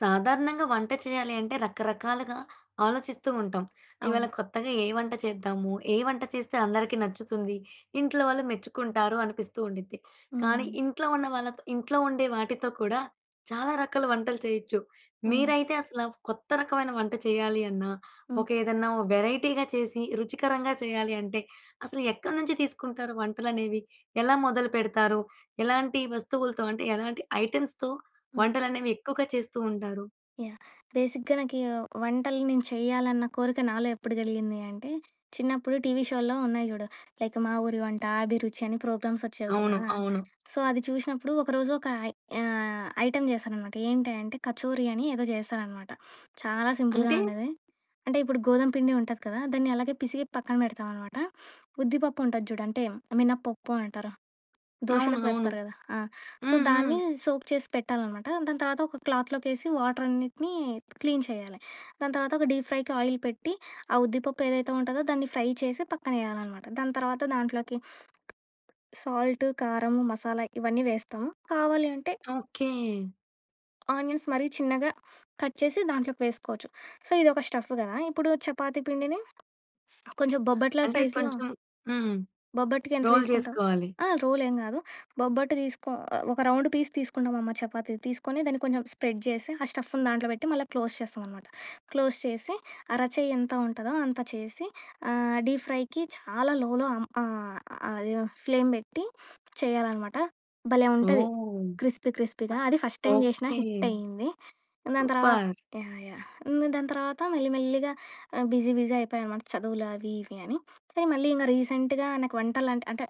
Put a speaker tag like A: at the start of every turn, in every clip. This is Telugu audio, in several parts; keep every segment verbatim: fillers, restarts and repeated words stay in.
A: సాధారణంగా వంట చేయాలి అంటే రకరకాలుగా ఆలోచిస్తూ ఉంటాం. ఇవాళ
B: అవును.
A: కొత్తగా ఏ వంట చేద్దాము? ఏ వంట చేస్తే అందరికీ నచ్చుతుంది? ఇంట్లో వాళ్ళు మెచ్చుకుంటారు అనిపిస్తూ ఉండిద్ది. కానీ
B: హ్మ్.
A: ఇంట్లో ఉన్న వాళ్ళతో ఇంట్లో ఉండే వాటితో కూడా చాలా రకాల వంటలు చేయొచ్చు.
B: హ్మ్.
A: మీరైతే అసల కొత్త రకమైన వంట చేయాలి అన్నా,
B: హ్మ్.
A: ఒక ఏదన్నా వెరైటీగా చేసి రుచికరంగా చేయాలి అంటే అసలు ఎక్కడి నుంచి తీసుకుంటారు వంటలనేవి? ఎలా మొదలుపెడతారు? ఎలాంటి వస్తువులతో అంటే ఎలాంటి ఐటెమ్స్‌తో
B: హ్మ్.
A: వంటలనేవి ఎక్కువగా చేస్తూ ఉంటారు.
B: యాహ్! బేసిక్‌గా నాకీ వంటలు నేను చెయ్యాలన్న కోరిక నాలో ఎప్పుడు గలిగింది అంటే, చిన్నప్పుడు టీవీ షోల్లో ఉన్నాయి జూడు. లైక్ 'మా ఊరి వంట', 'అభిరుచి' అని ప్రోగ్రామ్స్ వచ్చేవి కదా!
A: అవును, అవును.
B: సో, అది చూసినప్పుడు ఒకరోజు ఒక ఐ ఆహ్, ఐటెమ్ చేశారనమాట. ఏంటి అంటే కచోరీ అని ఏదో చేశారనమాట. చాలా సింపుల్‌గా
A: అంటే
B: ఉండేది. అంటే ఇప్పుడు గోధుమ పిండి ఉంటది కదా! దాన్ని అలాగే పిసికి పక్కన పెడతామనమాట. ఉద్దిపప్పు ఉంటది జూడు అంటే మినప్పప్పు అంటారు.
A: అవును,
B: దోశలోకి
A: అవును.
B: వేస్తారు కదా! ఆ! సో,
A: హ్మ్. హ్మ్.
B: దాన్ని సోక్ చేసి పెట్టాలనమాట. దాని తర్వాత ఒక క్లాత్‌లోకేసి వాటర్ అన్నిటిని క్లీన్ చేయాలి. దాని తర్వాత ఒక డీప్ ఫ్రైకి ఆయిల్ పెట్టి, ఆ ఉద్దిపప్పు ఏదైతే ఉంటదో దాన్ని ఫ్రై చేసి పక్కనేయాలనమాట. దాని తర్వాత దాంట్లోకి సాల్ట్, కారము, మసాలా ఇవన్నీ వేస్తాము. కావాలి అంటే
A: ఓకే.
B: ఆనియన్స్ మరీ చిన్నగా కట్ చేసి దాంట్లోకి వేసుకోవచ్చు. సో, ఇదొక స్టఫ్ గదా! ఇప్పుడు చపాతీ పిండిని కొంచెం బొబ్బట్ల
A: అంటే
B: సైజులో
A: కొంచెం హ్మ్.
B: బొబ్బట్టుకి ఎంత
A: రోల్
B: తీసుకుంటావు?
A: చేసుకోవాలి.
B: ఆ! రోలేం గాదు. బొబ్బట్టు తీసుకో ఆహ్, ఒక రౌండ్ పీస్ తీసుకుంటామమ్మ చపాతీ. తీసుకొని దాన్ని కొంచెం స్ప్రెడ్ చేసి, ఆ స్టఫ్‌ని దాంట్లో పెట్టి మళ్ళా క్లోజ్ చేస్తామనమాట. క్లోజ్ చేసి, అరచెయ్యి ఎంత ఉంటదో అంత చేసి, ఆహ్, డీప్ ఫ్రైకి చాలా లోలో అం ఆహ్, అది ఫ్లేమ్ పెట్టి చేయాలనమాట. భలే ఉంటది.
A: ఓహ్!
B: క్రిస్పీ క్రిస్పీగా. అది ఫస్ట్ టైమ్ చేసినా
A: ఓకే.
B: హిట్ అయింది. దాని తర్వాత
A: సూపర్.
B: యాహ్! యాహ్! హ్మ్. దాని తర్వాత మెల్లి మెల్లిగా ఆహ్, బిజీ బిజీ అయిపోయాననమాట చదువులు అవి ఇవి అని. కానీ మళ్ళీ ఇంక రీసెంట్‌గా నాకు వంటలంటే అంటే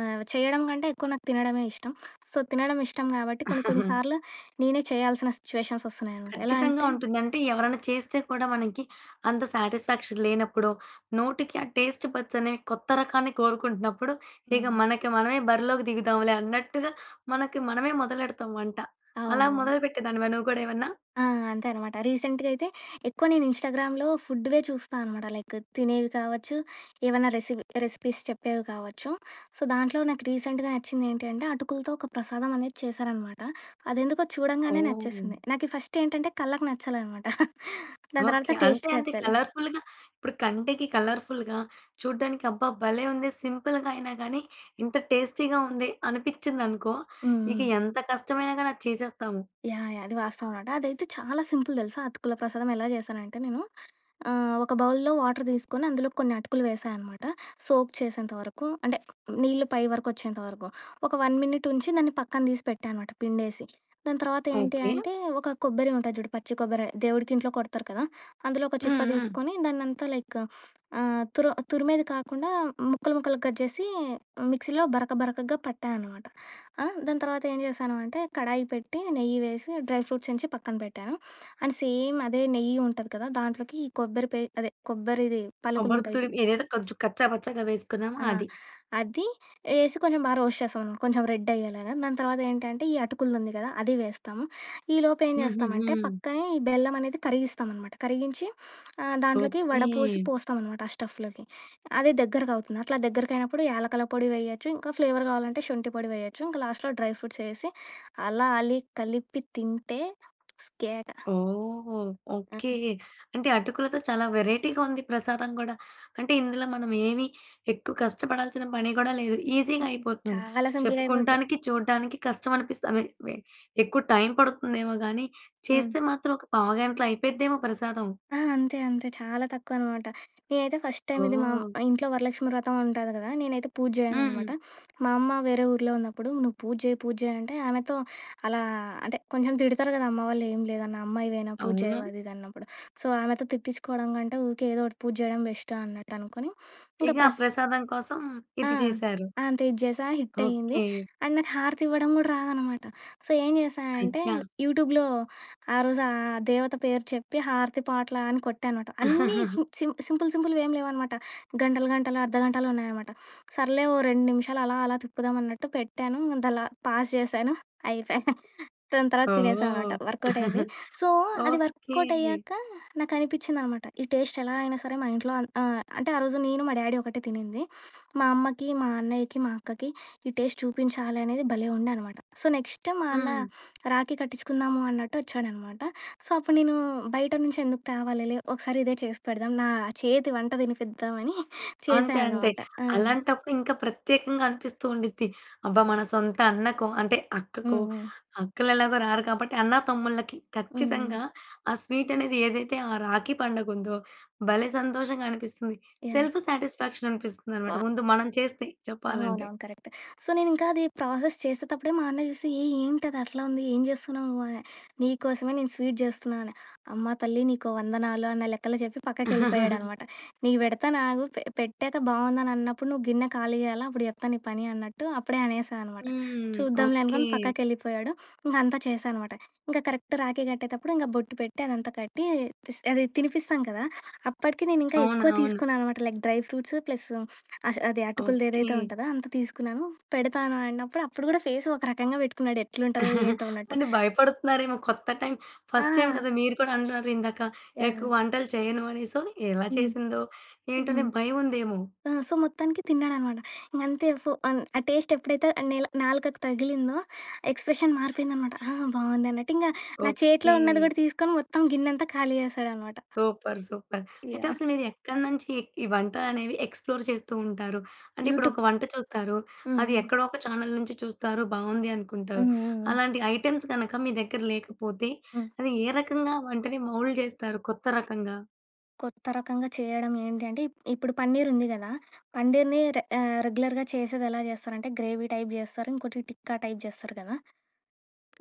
B: ఆహ్, చేయడం కంటే ఎక్కువ నాకు తినడమే ఇష్టం. సో, తినడం ఇష్టం కాబట్టి కొన్ని కొన్ని సార్లు నేనే చేయాల్సిన సిచ్యువేషన్స్ వస్తున్నాయనమాట. ఎలా
A: ఖచ్చితంగా
B: అంటే
A: ఉంటుంది. అంటే ఎవరైనా చేస్తే కూడా మనకి అంత సాటిస్ఫాక్షన్ లేనప్పుడో, నోటికి ఆ టేస్ట్ బడ్స్ అనేవి కొత్త రకాన్ని కోరుకుంటున్నప్పుడు, ఇక
B: హ్మ్.
A: మనకి మనమే బరిలోకి దిగుదాంలే అన్నట్టుగా మనకి మనమే మొదలెడతాం వంట. అలా
B: అవునవును.
A: మొదలుపెట్టేదానివా నువ్వు కూడా ఏమన్నా?
B: ఆ! అంతే అనమాట. రీసెంట్‌గా అయితే ఎక్కువ నేను ఇన్‌స్టాగ్రామ్‌లో ఫుడ్‌వే చూస్తా అనమాట. లైక్ తినేవి కావచ్చు, ఏవైనా రెసిపీ రెసిపీస్ చెప్పేవి కావచ్చు. సో, దాంట్లో నాకు రీసెంట్‌గా నచ్చింది ఏంటి అంటే అటుకులతో ఒక ప్రసాదం అనేది చేశారనమాట. అదెందుకో చూడంగానే
A: ఓహ్!
B: నచ్చేసింది. నాకి ఫస్ట్ ఏంటంటే కళ్ళకి నచ్చాలనమాట. దాని
A: ఓకే.
B: తర్వాత
A: అంతే,
B: టేస్ట్‌కి
A: అంతే.
B: నచ్చాలి.
A: కలర్‌ఫుల్‌గా ఇప్పుడు కంటికి కలర్‌ఫుల్‌గా చూడ్డానికి అబ్బా! భలే ఉంది సింపుల్‌గా అయినా గానీ, ఇంత టేస్టీగా ఉంది అనిపిచ్చిందనుకో,
B: హ్మ్.
A: ఇక
B: హ్మ్.
A: ఎంత కష్టమైనా గానీ అది చేసేస్తాము.
B: యాహ్! యాహ్! అది వాస్తవం అనమాట. అదైతే చాలా సింపుల్ తెలుసా అటుకుల ప్రసాదం ఎలా చేశానంటే నేను ఆ! ఒక బౌల్‌లో వాటర్ తీసుకొని అందులో కొన్ని అటుకులు వేశా అనమాట. సోక్ చేసేంత వరకు అంటే నీళ్ళు పై వరకు వచ్చేంత వరకు. ఒక 1 మినిట్ ఉంచి దాన్ని పక్కన తీసి పెట్టా అనమాట పిండేసి. దాని తర్వాత ఏంటి
A: ఓకే.
B: అంటే ఒక కొబ్బరి ఉంటది చూడు పచ్చి కొబ్బరి దేవుడికి ఇంట్లో కొడతారు కదా! అందులో ఒక చిప్ప
A: హ్మ్. హ్మ్.
B: తీసుకొని దాన్నంతా లైక్ ఆహ్, తురు తురిమేది కాకుండా ముక్కలు ముక్కలుగా కట్ చేసి మిక్సీలో బరక బరకగా పట్టా అనమాట. ఆ! దాని తర్వాత ఏం చేశాను అంటే కడాయి పెట్టి నెయ్యి వేసి డ్రై ఫ్రూట్స్ ఎంచి పక్కన పెట్టాను. అండ్ సేమ్ అదే నెయ్యి ఉంటది కదా! దాంట్లోకి ఈ కొబ్బరి పే అదే కొబ్బరిది
A: కొబ్బరి
B: పలుకులుంటాయి చూడు.
A: తురిమి ఏదైతే కొంచెం కచ్చా పచ్చాగా వేసుకున్నామో
B: ఆ!
A: అది.
B: అది ఏసి కొంచెం బా రోస్ట్ చేస్తామనమాట. కొంచెం రెడ్ అయ్యేలాగా. దాని తర్వాత ఏంటంటే ఈ అటుకులదుంది కదా! అది వేస్తాము. ఈలోపు ఏం
A: హుహుహు.
B: చేస్తామంటే పక్కనే ఈ బెల్లం అనేది కరిగిస్తామనమాట. కరిగించి ఆహ్, దాంట్లోకి
A: ఓకే.
B: వడపోసి పోస్తామనమాట ఆ స్టఫ్‌లోకి. అది దగ్గరకవుతుంది. అట్లా దగ్గరకయినప్పుడు యాలకుల పొడి వేయొచ్చు. ఇంకా ఫ్లేవర్ కావాలంటే శొంఠి పొడి వేయొచ్చు. ఇంకా లాస్ట్‌లో డ్రై ఫ్రూట్స్ వేసి అలా అలి కలిపి తింటే కేక.
A: ఓహ్!
B: ఆ!
A: ఓకే. అంటే అటుకులతో చాలా వెరైటీగా ఉంది ప్రసాదం గూడా. అంటే ఇందులో మనం ఏమి ఎక్కువ కష్టపడాల్సిన పని గూడా లేదు. ఈజీగా
B: హ్మ్.
A: అయిపోతుంది.
B: చాలా సింపుల్‌గా అయిపోద్ది.
A: చెప్పుకుంటానికి, చూడడానికి కష్టం అనిపిస్త అదే వె ఎక్కువ టైం పడుతుందేమో గానీ,
B: ఆ!
A: చేస్తే మాత్రం ఒక పావుగంటలో అయిపోద్దేమో ప్రసాదం.
B: ఆ! అంతే. అంతే. చాలా తక్కువనమాట. నేనైతే ఫస్ట్ టైమ్ ఇది మా అమ్
A: ఓహ్!
B: ఇంట్లో వరలక్ష్మి వ్రతం ఉంటది కదా! నేనైతే పూజ
A: హ్మ్.
B: చేయననమాట. మా అమ్మ వేరే ఊర్లో ఉన్నప్పుడు "నువ్వు పూజ చేయి, పూజ చేయి" అంటే ఆమెతో అలా అంటే కొంచెం తిడతారు కదా! అమ్మ వాళ్ళు "ఏం లేదన్నా అమ్మాయివేనా పూజ
A: అవును.
B: చేయవు" అది ఇది అన్నప్పుడు. సో, ఆమెతో తిట్టించుకోవడం కంటే ఊకే ఏదో ఒకటి పూజ చేయడం బెస్ట్ అన్నట్టు అనుకోని ఇంకా
A: ఇక ఆ
B: ప్రస్
A: ప్రసాదం కోసం
B: ఆ! ఆ!
A: ఇది చేశారు.
B: అంతే ఇది చేశా. హిట్ అయింది.
A: ఓకే.
B: అండ్ నాకు హారతివ్వడం గూడా రాదనమాట. సో, ఏం చేశా హ్మ్. అంటే
A: అయ్యా!
B: యూట్యూబ్‌లో ఆ రోజు ఆ దేవత పేరు చెప్పి హారతి పాట్ల అని కొట్టానమాట. అన్నీ సిం సిం సింపుల్ సింపుల్‌వేం లేవనమాట. గంటలు గంటలు, అర్ధగంటలు ఉన్నాయనమాట. సర్లే ఓ రెండు నిమిషాలు అలా అలా తిప్పుదాం అన్నట్టు పెట్టాను. దాన్లా పాజ్ చేశాను. అయిపాయ్. దాని తర్వాత తినేసామనమాట.
A: ఓహ్!
B: వర్కౌట్ అయింది. సో, అది
A: ఓకే.
B: వర్కౌట్ అయ్యాక నాకనిపిచ్చిందనమాట. ఈ టేస్ట్ ఎలా అయినా సరే మా ఇంట్లో అన్ ఆహ్, అంటే ఆ రోజు నేను, మా డ్యాడీ ఒకటే తినింది. మా అమ్మకి, మా అన్నయ్యకి, మా అక్కకి ఈ టేస్ట్ చూపించాలి అనేది భలే ఉండే అనమాట. సో, నెక్స్ట్ మా అన్న
A: హ్మ్.
B: రాఖీ కట్టించుకుందాము అన్నట్టు వచ్చాడనమాట. సో, అప్పుడు నేను బయట నుంచి ఎందుకు తేవాలిలే ఒకసారి ఇదే చేసి పెడదాం. నా చేతి వంట తినిపిద్దామని చేశా
A: అంతే, అంతే.
B: అనమాట. ఆ! హ్మ్.
A: అలాంటప్పుడు ఇంకా ప్రత్యేకంగా అనిపిస్తూ ఉండిద్ది. అబ్బా! మన సొంత అన్నకో అంటే అక్కకో,
B: హ్మ్.
A: అక్కలెలాగో రారు కాబట్టి అన్నా, తమ్ముళ్ళకి
B: హ్మ్.
A: ఖచ్చితంగా ఆ స్వీట్ అనేది ఏదైతే ఆ రాఖీ పండగుందో భలే సంతోషంగా అనిపిస్తుంది.
B: యాహ్!
A: సెల్ఫ్ సాటిస్ఫాక్షన్ అనిపిస్తుందనమాట. ముందు మనం చేస్తే చెప్పాలంటే.
B: అవునవును. కరెక్టే. సో, నేనింకా అది ప్రాసెస్ చేసేటప్పుడే మా అన్న చూసి, "ఏ ఏంటది అట్లా ఉంది? ఏం చేస్తున్నావు నువ్వు?" అని. "నీ కోసమే నేను స్వీట్ చేస్తున్నా" అని. "అమ్మ తల్లి నీకు వందనాలు" అన్న లెక్కలో చెప్పి పక్కకెళ్ళిపోయాడనమాట. "నీకు పెడతాను ఆగు. పె పెట్టాక బావుందని అన్నప్పుడు నువ్వు గిన్నె ఖాళీ చేయాలా? అప్పుడు చెప్తా నీ పని" అన్నట్టు అప్పుడే అనేసా అనమాట.
A: హ్మ్.
B: చూద్దాంలే
A: ఓకే.
B: అనుకోని పక్కకెళ్ళిపోయాడు. ఇంక అంతా చేశా అనమాట. ఇంక కరెక్ట్ రాఖీ కట్టేటప్పుడు ఇంక బొట్టు పెట్టి అదంతా కట్టి తిస్ అది తినిపిస్తాం కదా! అప్పటికి నేనింకా
A: అవును,
B: ఎక్కువ
A: అవును.
B: తీసుకున్నా అనమాట. లైక్ డ్రై ఫ్రూట్స్ ప్లస్ అష్ అది
A: ఓకే.
B: అటుకులదేదైతే ఉంటదో అంత తీసుకున్నాను. పెడతాను అన్నప్పుడు అప్పుడు గూడా ఫేస్ ఒక రకంగా పెట్టుకున్నాడు. ఎట్లుంటదో ఏంటో అన్నట్టు.
A: అంటే భయపడుతున్నారేమో కొత్త టైం.
B: ఆ!
A: ఫస్ట్ టైమ్ కదా! మీరు కూడా అన్నారు ఇందాక,
B: యాహ్!
A: ఎక్కువ వంటలు చేయను అని. సో, ఎలా
B: హ్మ్.
A: చేసిందో, ఏంటో అనే
B: హ్మ్.
A: భయముందేమో.
B: ఆ! సో, మొత్తానికి తిన్నాడనమాట. ఇంకంతే ఫో అన్ ఆ టేస్ట్ ఎప్పుడైతే ఆ నేల నాలుకకి తగిలిందో ఎక్స్‌ప్రెషన్ మారిపోయిందనమాట. ఆ! బావుంది అన్నట్టు. ఇంగ నా
A: ఓకే.
B: చేతిలో ఉన్నది గూడా తీసుకొని మొత్తం గిన్నంతా ఖాళీ చేశాడనమాట.
A: Super, super. అయితే
B: యాహ్!
A: అసలు మీరు ఎక్కడి నుంచి ఈ వంటలనేవి ఎక్స్‌ప్లోర్ చేస్తూ ఉంటారు? అంటే ఇప్పుడు
B: యూట్యూబ్.
A: ఒక వంట చూస్తారు. అది
B: హ్మ్.
A: ఎక్కడో ఒక ఛానల్ నుంచి చూస్తారు. బావుంది అనుకుంటారు.
B: హ్మ్. హ్మ్.
A: అలాంటి ఐటెమ్స్ గనక మీ దగ్గర లేకపోతే,
B: హ్మ్.
A: అది ఏ రకంగా వంటని మౌల్డ్ చేస్తారు కొత్త రకంగా?
B: కొత్త రకంగా చేయడం ఏంటి అంటే, ఇప్ ఇప్పుడు పన్నీర్ ఉంది గదా! పన్నీర్‌ని రె ఆహ్, రెగ్యులర్‌గా చేసేది ఎలా చేస్తారంటే, గ్రేవీ టైప్ జేస్తారు. ఇంకోటి టిక్కా టైప్ జేస్తారు కదా!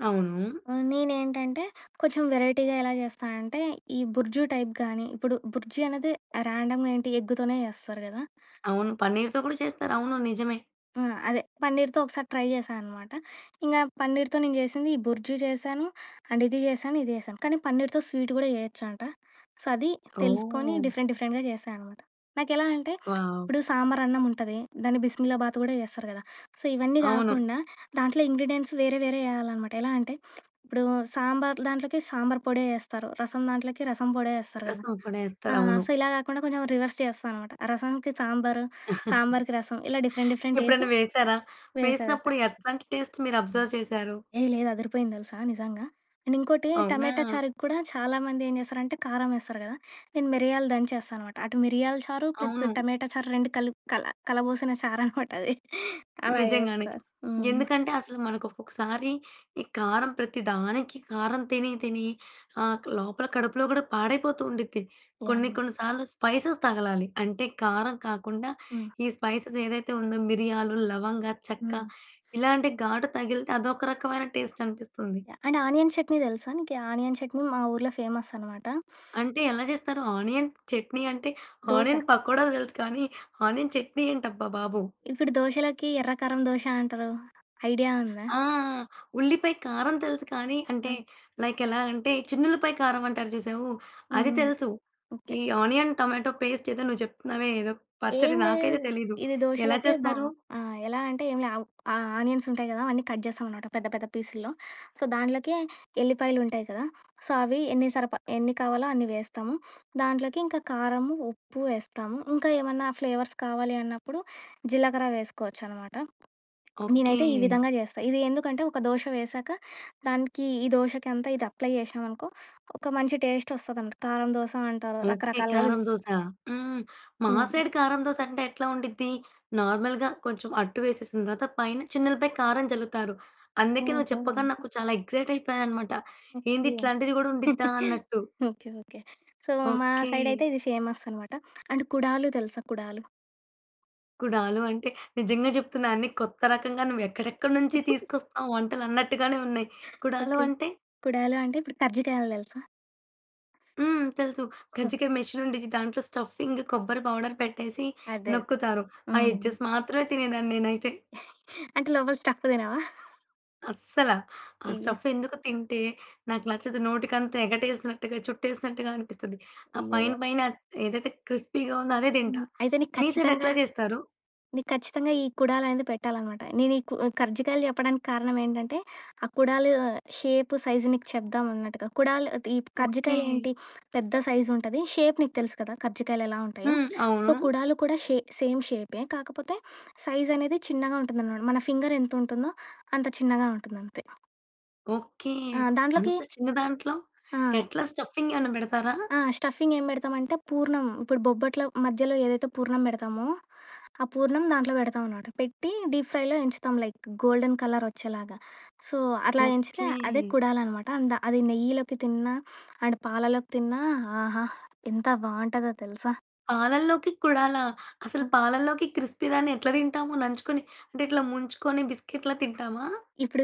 A: అవును.
B: ఆహ్, నేనేంటంటే, కొంచెం వెరైటీగా ఎలా చేస్తా అంటే, ఈ బుర్జీ టైప్ గానీ ఇప్పుడు బుర్జీ అనేది ర్యాండమ్‌గా ఏంటి ఎగ్గుతోనే చేస్తారు గదా!
A: అవును, పన్నీర్‌తో కూడా చేస్తారు. అవును, నిజమే.
B: ఆ! అదే పన్నీర్‌తో ఒకసారి ట్రై చేశా అనమాట. ఇంగా పన్నీర్‌తో నేను చేసింది ఈ బుర్జీ చేశాను, అండ్ ఇది చేశాను, ఇది చేశాను. కానీ పన్నీర్‌తో స్వీట్ కూడా చేయొచ్చంట. సో, అది తెలుసుకొని
A: ఓహ్!
B: డిఫరెంట్ డిఫరెంట్‌గా చేశా అనమాట. నాకెలా అంటే
A: వావ్!
B: ఇప్పుడు సాంబార్ అన్నం ఉంటది. దాన్ని బిస్మిల్లాబాత్ కూడా చేస్తారు కదా! సో, ఇవన్నీ
A: అవును,
B: కాకుండా దాంట్లో ఇంగ్రీడియెంట్స్ వేరే వేరే ఎయాలనమాట. ఎలా అంటే ఇప్పుడు సాంబార్ దాంట్లోకి సాంబార్ పొడే ఏస్తారు. రసం దాంట్లోకి రసం పొడే ఏస్తారు కదా!
A: రసం కూడా
B: ఆ!
A: ఏస్తారు. అవును.
B: సో, ఇలా కాకుండా కొంచెం రివర్స్ చేస్తా అనమాట. రసంకి సాంబారు, సాంబార్‌కి రసం ఇలా డిఫరెంట్ డిఫరెంట్ ఏసి
A: ఎప్పుడైనా వేసారా?
B: వేసా. వేసా.
A: వేసినప్పుడు ఎట్లాంటి టేస్ట్ మీరు అబ్జర్వ్ చేశారు?
B: ఏహ్! లేదు అదిరిపోయింది తెలుసా నిజంగా. అండ్ ఇంకోటి
A: అవునా?
B: టమాటా చారుకి కూడా చాలామంది ఏం చేస్తారంటే కారం వేస్తారు కదా! నేను మిరియాలు దంచేస్తా అనమాట. అటు మిరియాల చారు ప్లస్
A: అవును,
B: టమాటా చారు రెండు కలి కల కలబోసిన చారనమాట అది. అలా
A: నిజంగానే.
B: చేస్తారు. హ్మ్.
A: ఎందుకంటే అసలు మనకు ఒక్కొక్కసారి ఈ కారం ప్రతి దానికి కారం తిని తిని ఆహ్, లోపల కడుపులో కూడా పాడైపోతూ ఉండిద్ది. కొన్ని
B: యాహ్!
A: కొన్ని సార్లు స్పైసెస్ తగలాలి. అంటే కారం కాకుండా
B: హ్మ్.
A: ఈ స్పైసెస్ ఏదైతే ఉందో మిరియాలు, లవంగ, చెక్క
B: హ్మ్.
A: ఇలాంటి ఘాటు తగిలితే అదొక రకమైన టేస్ట్ అనిపిస్తుంది.
B: యాహ్! అండ్ ఆనియన్ చట్నీ తెలుసా నీకి? ఆనియన్ చట్నీ మా ఊర్లో ఫేమస్ అనమాట.
A: అంటే ఎలా చేస్తారు? ఆనియన్ చట్నీ అంటే,
B: దోస
A: ఆనియన్ పకోడాలు తెలుసు కానీ, ఆనియన్ చట్నీ ఏంటబ్బా బాబు!
B: ఇప్పుడు దోసలకి ఎర్ర కారం దోస అంటారు. ఐడియా ఉందా?
A: ఆ! ఉల్లిపాయ కారం తెలుసు కానీ,
B: ఆ!
A: అంటే
B: హ్మ్.
A: లైక్ ఎలా అంటే చిన్నుల్లిపాయ కారం అంటారు చూసావు? అది
B: హ్మ్.
A: తెలుసు.
B: ఓకే.
A: ఈ ఆనియన్, టొమాటో పేస్ట్ ఏదో నువ్వు చెప్తున్నావే, ఏదో
B: ఏం
A: పచ్చడి
B: లేదు.
A: నాకైతే తెలీదు.
B: ఇది
A: ఎలా
B: దోసలోకే బా
A: చేస్తారు?
B: ఆ! ఎలా అంటే ఏం లే ఆవ్ ఆ ఆనియన్స్ ఉంటాయి కదా! అన్నీ కట్ చేస్తామనమాట పెద్ద పెద్ద పీసుల్లో. సో, దాంట్లోకి ఎల్లిపాయలుంటాయి కదా! సో, అవి ఎన్ని సరిప ఎన్ని కావాలో అన్ని వేస్తాము. దాంట్లోకి ఇంకా కారము, ఉప్పు వేస్తాము. ఇంకా ఏమన్నా ఫ్లేవర్స్ కావాలి అన్నప్పుడు జీలకర్ర వేసుకోవచ్చనమాట.
A: ఓకే.
B: నేనైతే ఈ విధంగా చేస్తా. ఇది ఎందుకంటే ఒక దోస వేశాక దానికి ఈ దోసకి అంతా ఇది అప్లై చేశామనుకో ఒక మంచి టేస్ట్ వస్తదనమాట. కారం దోస అంటారు
A: ఓకే,
B: రకరకాలుగా
A: కారం
B: పిలుస్తారు.
A: దోస. హ్మ్. మా
B: హ్మ్.
A: సైడ్ కారం దోస అంటే ఎట్లా ఉండిద్ది? నార్మల్‌గా కొంచెం అట్టు వేసేసిన తర్వాత పైన చిన్నులపై కారం జల్లుతారు. అందుకే నువ్వు
B: ఓహో!
A: చెప్పగానే నాకు చాలా ఎక్సైట్ అయిపోయాననమాట. ఏంది
B: ఓకే.
A: ఇట్లాంటిది గూడా ఉండిద్దా అన్నట్టు.
B: ఓకే. ఓకే. సో, మా
A: ఓకే.
B: సైడయితే ఇది ఫేమస్ అనమాట. అండ్ కుడాలు తెలుసా? కుడాలు.
A: కుడాలు అంటే నిజంగా జెప్తున్నా అన్ని కొత్త రకంగా నువ్వు ఎక్కడెక్కడి నుంచి తీసుకొస్తావు వంటలు అన్నట్టుగానే ఉన్నాయి. కుడాలు
B: ఓకే.
A: అంటే
B: కుడాలు అంటే ఇప్పుడు కర్జికాయలు తెలుసా?
A: హ్మ్, తెలుసు.
B: సో,
A: కజ్జికాయ మెషిన్ ఉండిద్ది. దాంట్లో స్టఫింగ్, కొబ్బరి పౌడర్ పెట్టేసి
B: అదే. అదే.
A: నొక్కుతారు. ఆ
B: హ్మ్.
A: ఎడ్జెస్ మాత్రమే తినేదాన్ని నేనైతే.
B: అంటే లోపల స్టఫ్ తినవా?
A: అస్సల. ఆ
B: అయ్యో!
A: స్టఫ్ ఎందుకు తింటే నాకు నచ్చదు. నోటికంతా ఎగటేసినట్టుగా, చుట్టేసినట్టుగా అనిపిస్తది. ఆ
B: అయ్యో!
A: పైన పైన ఏదైతే క్రిస్పీగా ఉందో అదే తింటా.
B: హ్మ్. అయితే నీకు
A: మీ సైడ్
B: ఖచ్చితంగా
A: ఎట్లా చేస్తారు?
B: నీకు ఖచ్చితంగా ఈ కుడాలనేది పెట్టాలనమాట. నేను ఈ కు కర్జికాయలు చెప్పడానికి కారణం ఏంటంటే, ఆ కుడాలు షేపు, సైజు నీకు చెప్దాం అన్నట్టుగా. కుడాలు ఈ
A: ఓకే.
B: కర్జికాయలేంటి పెద్ద సైజుంటది. షేప్ నీకు తెలుసు కదా! కర్జికాయలెలా ఉంటాయో.
A: హ్మ్.
B: సో,
A: అవును.
B: కుడాలు కూడా షే సేమ్ షేపే. కాకపోతే సైజనేది చిన్నగా ఉంటుందనమాట. మన ఫింగర్ ఎంతుంటుందో అంత చిన్నగా ఉంటుందంతే.
A: ఓకే.
B: ఆ! దాంట్లోకి
A: అంత చిన్న దాంట్లో
B: ఆ!
A: ఎట్లా స్టఫింగ్ ఏమన్నా పెడతారా?
B: ఆ! స్టఫింగ్ ఏం పెడతామంటే పూర్ణం ఇప్పుడు బొబ్బట్లో మధ్యలో ఏదైతే పూర్ణం పెడతామో, ఆ పూర్ణం దాంట్లో పెడతాం అనమాట. పెట్టి డీప్ ఫ్రైలో ఎంచుతాం లైక్ గోల్డెన్ కలర్ వచ్చేలాగా. సో, అట్లా ఎంచితే
A: ఓకే.
B: అదే కుడాలనమాట. అండ్ అది నెయ్యిలోకి తిన్నా, అండ్ పాలలోకి తిన్నా ఆహా! ఎంత బావుంటదో తెలుసా!
A: పాలల్లోకి కూడాలా? అసలు పాలల్లోకి క్రిస్పీ దాన్ని ఎట్లా తింటాము నంచుకొని? అంటే ఇట్లా ముంచుకొని బిస్కిట్‌లా తింటామా?
B: ఇప్పుడు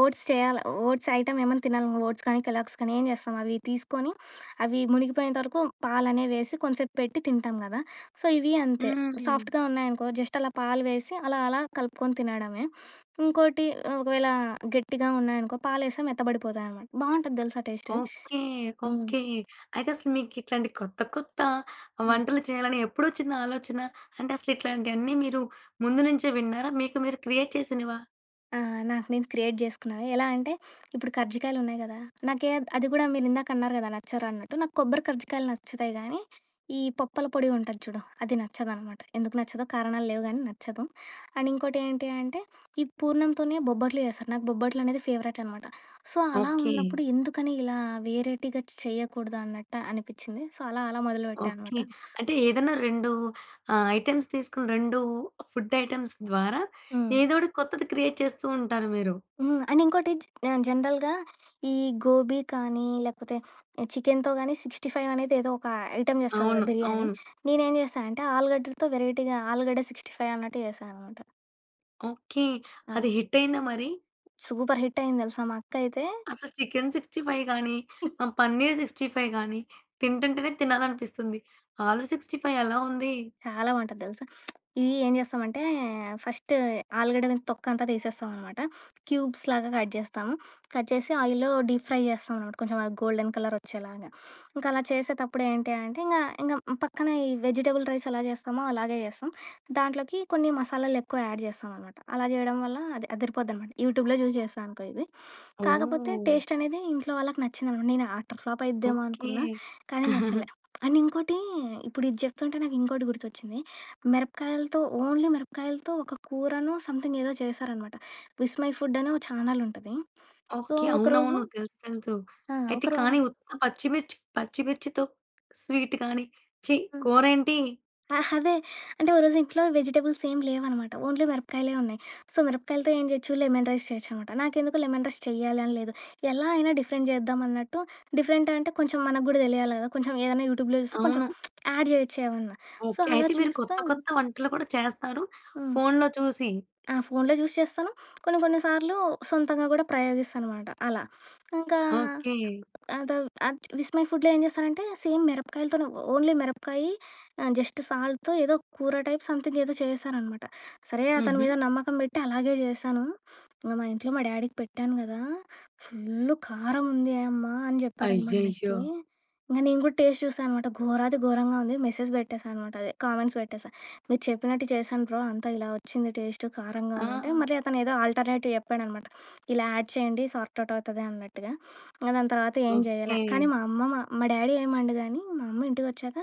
B: ఓట్స్ చేయాలి ఓట్స్ ఐటెమ్ ఏమైనా తినాలి ఓట్స్ కానీ కెలాగ్స్ కానీ ఏం చేస్తాం అవి తీసుకొని అవి మునిగిపోయేంత వరకు పాలనే వేసి కొంచెంసేపు పెట్టి తింటాం కదా. సో, ఇవి అంతే.
A: హ్మ్.
B: సాఫ్ట్గా ఉన్నాయనుకో జస్ట్ అలా పాలు వేసి అలా అలా కలుపుకొని తినడమే. ఇంకోటి ఒకవేళ గట్టిగా ఉన్నాయనుకో పాలు వేస్తే మెత్తబడిపోతాయి అనమాట. బాగుంటుంది తెలుసా టేస్ట్.
A: ఓకే. ఓకే. అయితే అసలు మీకిట్లాంటి కొత్త కొత్త వంటలు చేయాలని ఎప్పుడొచ్చింది ఆలోచన? అంటే అసలిట్లాంటియన్నీ మీరు ముందు నుంచే విన్నారా? మీకు మీరు క్రియేట్ చేసినవా?
B: ఆ! నాకు నేను క్రియేట్ జేసుకున్నాను. ఎలా అంటే, ఇప్పుడు కర్జికాయలున్నాయి గదా! నాకే అది గూడా మీరిందాకన్నారు గదా! నచ్చరన్నట్టు. నాకు కొబ్బరి కర్జికాయలు నచ్చుతాయి గానీ, ఈ పప్పల పొడి ఉంటది చూడు, అది నచ్చదనమాట. ఎందుకు నచ్చదో కారణాలు లేవు గానీ నచ్చదు. అండ్ ఇంకోటేంటి అంటే, ఈ పూర్ణంతోనే బొబ్బట్లు జేస్తారు. నాకు బొబ్బట్లనేది ఫేవరెట్ అనమాట. సో, అలా
A: ఓకే.
B: ఉన్నప్పుడు ఎందుకని ఇలా వేరైటీగా చేయకూడదు అన్నట్టు అనిపిచ్చింది. సో, అలా అలా మొదలుపెట్టా అనమాట.
A: ఓకే. అంటే ఏదన్నా రెండు ఆహ్, ఐటెమ్స్ తీసుకొని రెండు ఫుడ్ ఐటెమ్స్ ద్వారా
B: హ్మ్.
A: ఏదోకటి కొత్తది క్రియేట్ చేస్తూ ఉంటారు మీరు.
B: హ్మ్. అండ్ ఇంకోటి జ ఆహ్, జనరల్‌గా ఈ గోబీ కానీ, లేకపోతే చికెన్‌తో గానీ అరవై ఐదు అనేది ఏదో ఒక ఐటెమ్ చేస్తారు కదా!
A: అవును,
B: బిర్యానీ.
A: అవును.
B: నేనేం చేశా అంటే ఆలుగడ్డలతో వెరైటీగా ఆలుగడ్డ అరవై ఐదు అన్నట్టు చేశా అనమాట.
A: ఓకే.
B: ఆ!
A: అది హిట్టయిందా మరి?
B: సూపర్ హిట్ అయింది తెలుసా! మా అక్కయితే
A: అసలు చికెన్ అరవై ఐదు గానీ, ఆహ్, పన్నీర్ అరవై ఐదు గానీ తింటుంటేనే తినాలనిపిస్తుంది. ఆలు అరవై ఐదు ఎలా ఉంది?
B: చాలా బావుంటది తెలుసా! ఇవి ఏం చేస్తామంటే ఫస్ట్ ఆలుగడ్డ మీద తొక్కంతా తీసేస్తామనమాట. క్యూబ్స్‌లాగా కట్ చేస్తాము. కట్ చేసి ఆయిల్‌లో డీప్ ఫ్రై చేస్తామనమాట. కొంచెం అది గోల్డెన్ కలర్ వచ్చేలాగా. ఇంకా అలా చేసేటప్పుడు ఏంటి అంటే ఇంగ ఇంగ పక్కన ఈ వెజిటబుల్ రైస్ ఎలా చేస్తామో అలాగే చేస్తాం. దాంట్లోకి కొన్ని మసాలాలెక్కువ యాడ్ చేస్తామనమాట. అలా చేయడం వల్ల అది అదిరిపోద్దనమాట. యూట్యూబ్‌లో చూసి చేశా అనుకో ఇది. కాకపోతే
A: ఓహ్!
B: టేస్ట్ అనేది ఇంట్లో వాళ్ళకి నచ్చిందనమాట. నేను అట్టర్ ఫ్లాప్ అయిద్దేమో
A: ఓకే.
B: అనుకున్నా, కానీ హుహు. నచ్చలే. అండ్ ఇంకోటి ఇప్పుడు ఇది చెప్తుంటే నాకు ఇంకోటి గుర్తొచ్చింది. మిరపకాయలతో ఓన్లీ మిరపకాయలతో ఒక కూరనో సంథింగ్ ఏదో చేశారనమాట. విస్మయ్ ఫుడ్ అని ఓ ఛానెల్ ఉంటది. So,
A: okay.
B: ఒకరోజు
A: అవునవును, తెలుసు, తెలుసు.
B: ఆ!
A: అయితే
B: ఒకరోజు
A: కానీ ఉత్త పచ్చిమిర్చి పచ్చిమిర్చితో స్వీట్ గాని ఛీ!
B: హ్మ్.
A: కూరేంటి?
B: ఆహ్, అదే. అంటే ఓ రోజు ఇంట్లో వెజిటబుల్స్ ఏం లేవనమాట. ఓన్లీ మిరపకాయలే ఉన్నాయి. సో, మిరపకాయలతో ఏం చేయొచ్చు? లెమన్ రైస్ చేయొచ్చనమాట. నాకెందుకు లెమన్ రైస్ చెయ్యాలి అని లేదు. ఎలా అయినా డిఫరెంట్ చేద్దామన్నట్టు. డిఫరెంట్ అంటే కొంచెం మనకు గూడా తెలియాలి గదా! కొంచెం ఏదైనా యూట్యూబ్‌లో చూసి కొంచెం
A: అవును.
B: యాడ్ చేయొచ్చు ఏమన్నా. So,
A: okay.
B: అలా
A: అయితే మీరు
B: చూస్తా.
A: కొత్త కొత్త వంటలు కూడా చేస్తారు
B: హ్మ్.
A: ఫోనులో చూసి.
B: ఆ! ఫోన్‌లో చూసి చేస్తాను. కొన్ని కొన్ని సార్లు సొంతంగా గూడా ప్రయోగిస్తాననమాట అలా. ఇంకా
A: ఓకే.
B: అద అద్ విస్మయ్ ఫుడ్‌లో ఏం చేస్తారంటే సేమ్ మిరపకాయలతోనే ఓన్లీ మిరపకాయి ఆహ్, జస్ట్ సాల్ట్‌తో ఏదో కూర టైప్ సంథింగ్ ఏదో చేశారనమాట. సరే అతని
A: హుహు.
B: మీద నమ్మకం పెట్టి అలాగే చేశాను. ఇంక మా ఇంట్లో మా డాడీకి పెట్టాను కదా! "ఫుల్లు కారం ఉంది అమ్మా" అని చెప్పాడనమాట
A: అయ్యయ్యో!
B: నాకి. ఇంక నేను కూడా టేస్ట్ చూసా అనమాట. ఘోరాతి ఘోరంగా ఉంది. మెసేజ్ పెట్టేసా అనమాట. అదే కామెంట్స్ పెట్టేసా. "మీరు చెప్పినట్టు చేశాను బ్రో అంతా ఇలా వచ్చింది టేస్ట్ కారంగా
A: ఆ!
B: ఉందంటే" మళ్ళీ అతను ఏదో ఆల్టర్నేటివ్ చెప్పాడనమాట. ఇలా యాడ్ చేయండి సార్ట్ అవుట్ అవుతది అన్నట్టుగా. ఇంక దాని తర్వాత ఏం జేయలే.
A: ఓకే.
B: కానీ మా అమ్మ మా మా డ్యాడీ ఏమనడు గానీ, మా అమ్మ ఇంటికొచ్చాక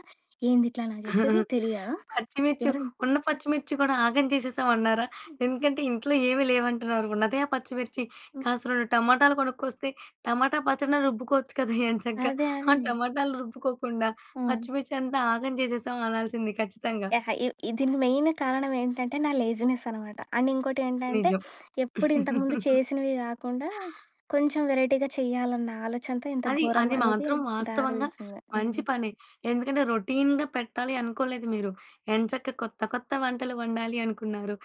B: "ఏంది ఇట్లా నాకు జేస్తది తెలియదా?
A: పచ్చిమిర్చి
B: ఎవరన్నా"
A: ఉన్న పచ్చిమిర్చి కూడా ఆగం చేసేసామన్నారా? ఎందుకంటే ఇంట్లో ఏమి లేవంటున్నారు. ఉన్నదే ఆ పచ్చిమిర్చి.
B: హ్మ్.
A: కాస్త రెండు టమాటాలు కొనుక్కొస్తే టమాటా పచ్చడిన రుబ్బుకోవచ్చు కదా ఎంచక్కా.
B: అదే.
A: ఆ
B: అదే.
A: టమాటాలు రుబ్బుకోకుండా
B: హ్మ్.
A: పచ్చిమిర్చి అంతా ఆగం చేసేసాం అనాల్సింది ఖచ్చితంగా.
B: యాహ్! ఇ ఇ దీనికి మెయిన్ కారణం ఏంటంటే నా లేజినెస్ అనమాట. అండ్ ఇంకోటేంటంటే
A: నిజం.
B: ఎప్పుడు ఇంతకుముందు చేసినవి గాకుండా కొంచెం వెరైటీగా చెయ్యాలన్న ఆలోచనతో ఇంత
A: అది,
B: ఘోరం
A: అది
B: అనేది
A: మాత్రం
B: దారి
A: వాస్తవంగా
B: తీసింది. హ్మ్.
A: మంచి పనే. ఎందుకంటే రొటీన్‌గా పెట్టాలి అనుకోలేదు మీరు. ఎంచక్కా కొత్త కొత్త వంటలు వండాలి అనుకున్నారు.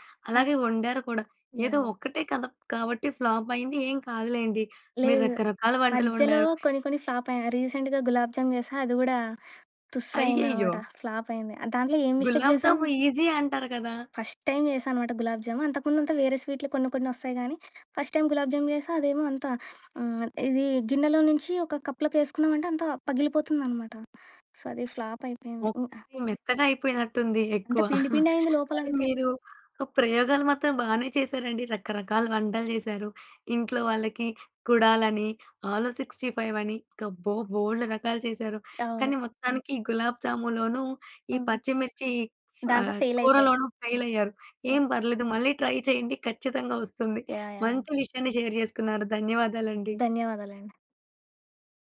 B: ఆ!
A: అలాగే వండారు కూడా. ఏదో
B: యాహ్!
A: ఒక్కటే కదా! కాబట్టి ఫ్లాప్ అయింది. ఏం కాదులేండి. మీరు
B: లేదు.
A: రకరకాల వంటలు
B: మధ్యలో
A: వండారు.
B: కొన్ని కొన్ని ఫ్లాప్ అయ్యాయి. రీసెంట్‌గా గులాబ్ జామ్ జేసా అది గూడా
A: అయ్యయ్యో!
B: తుస్సయిందనమాట. ఫ్లాప్ అయింది. ఆ దాంట్లో ఏం మిస్టేక్
A: గులాబ్
B: జేశాను,
A: జామ్ ఈజీ అంటారు కదా!
B: ఫస్ట్ టైమ్ చేశాననమాట గులాబ్ జామ్. అంతకుముందంతా వేరే స్వీట్లు కొన్ని కొన్ని వస్తాయి గానీ, ఫస్ట్ టైమ్ గులాబ్ జామ్ చేశా. అదేమో అంత హ్మ్, ఇది గిన్నెలో నుంచి ఒక కప్‌లోకేసుకున్నామంటే అంతా పగిలిపోతుందనమాట. సో, అది ఫ్లాప్ అయిపోయింది. హ్మ్.
A: ఓకే. మెత్తగా అయిపోయినట్టుంది
B: అంతా
A: ఎక్కువ.
B: పిండి పిండి అయింది
A: కానీ
B: లోపలైతే.
A: మీరు ప్రయోగాలు మాత్రం బానే చేశారండి. రకరకాల వంటలు చేశారు. ఇంట్లో వాళ్ళకి కుడాలని, ఆలు అరవై ఐదు అని ఇంకా అబ్బో! బోలెడు రకాలు చేశారు.
B: అవును.
A: కానీ మొత్తానికి గులాబ్ జాములోనూ ఈ
B: హ్మ్.
A: పచ్చిమిర్చి
B: దాంట్లో
A: ఆహ్,
B: ఫెయిల్ అయిపోయా.
A: కూరలోనూ ఫెయిల్ అయ్యారు. ఏం
B: యాహ్!
A: పర్లేదు మళ్ళీ ట్రై చేయండి. ఖచ్చితంగా వస్తుంది.
B: యాహ్! యాహ్!
A: మంచి విషయాన్ని షేర్ చేసుకున్నారు. ధన్యవాదాలండి.
B: ధన్యవాదాలండి.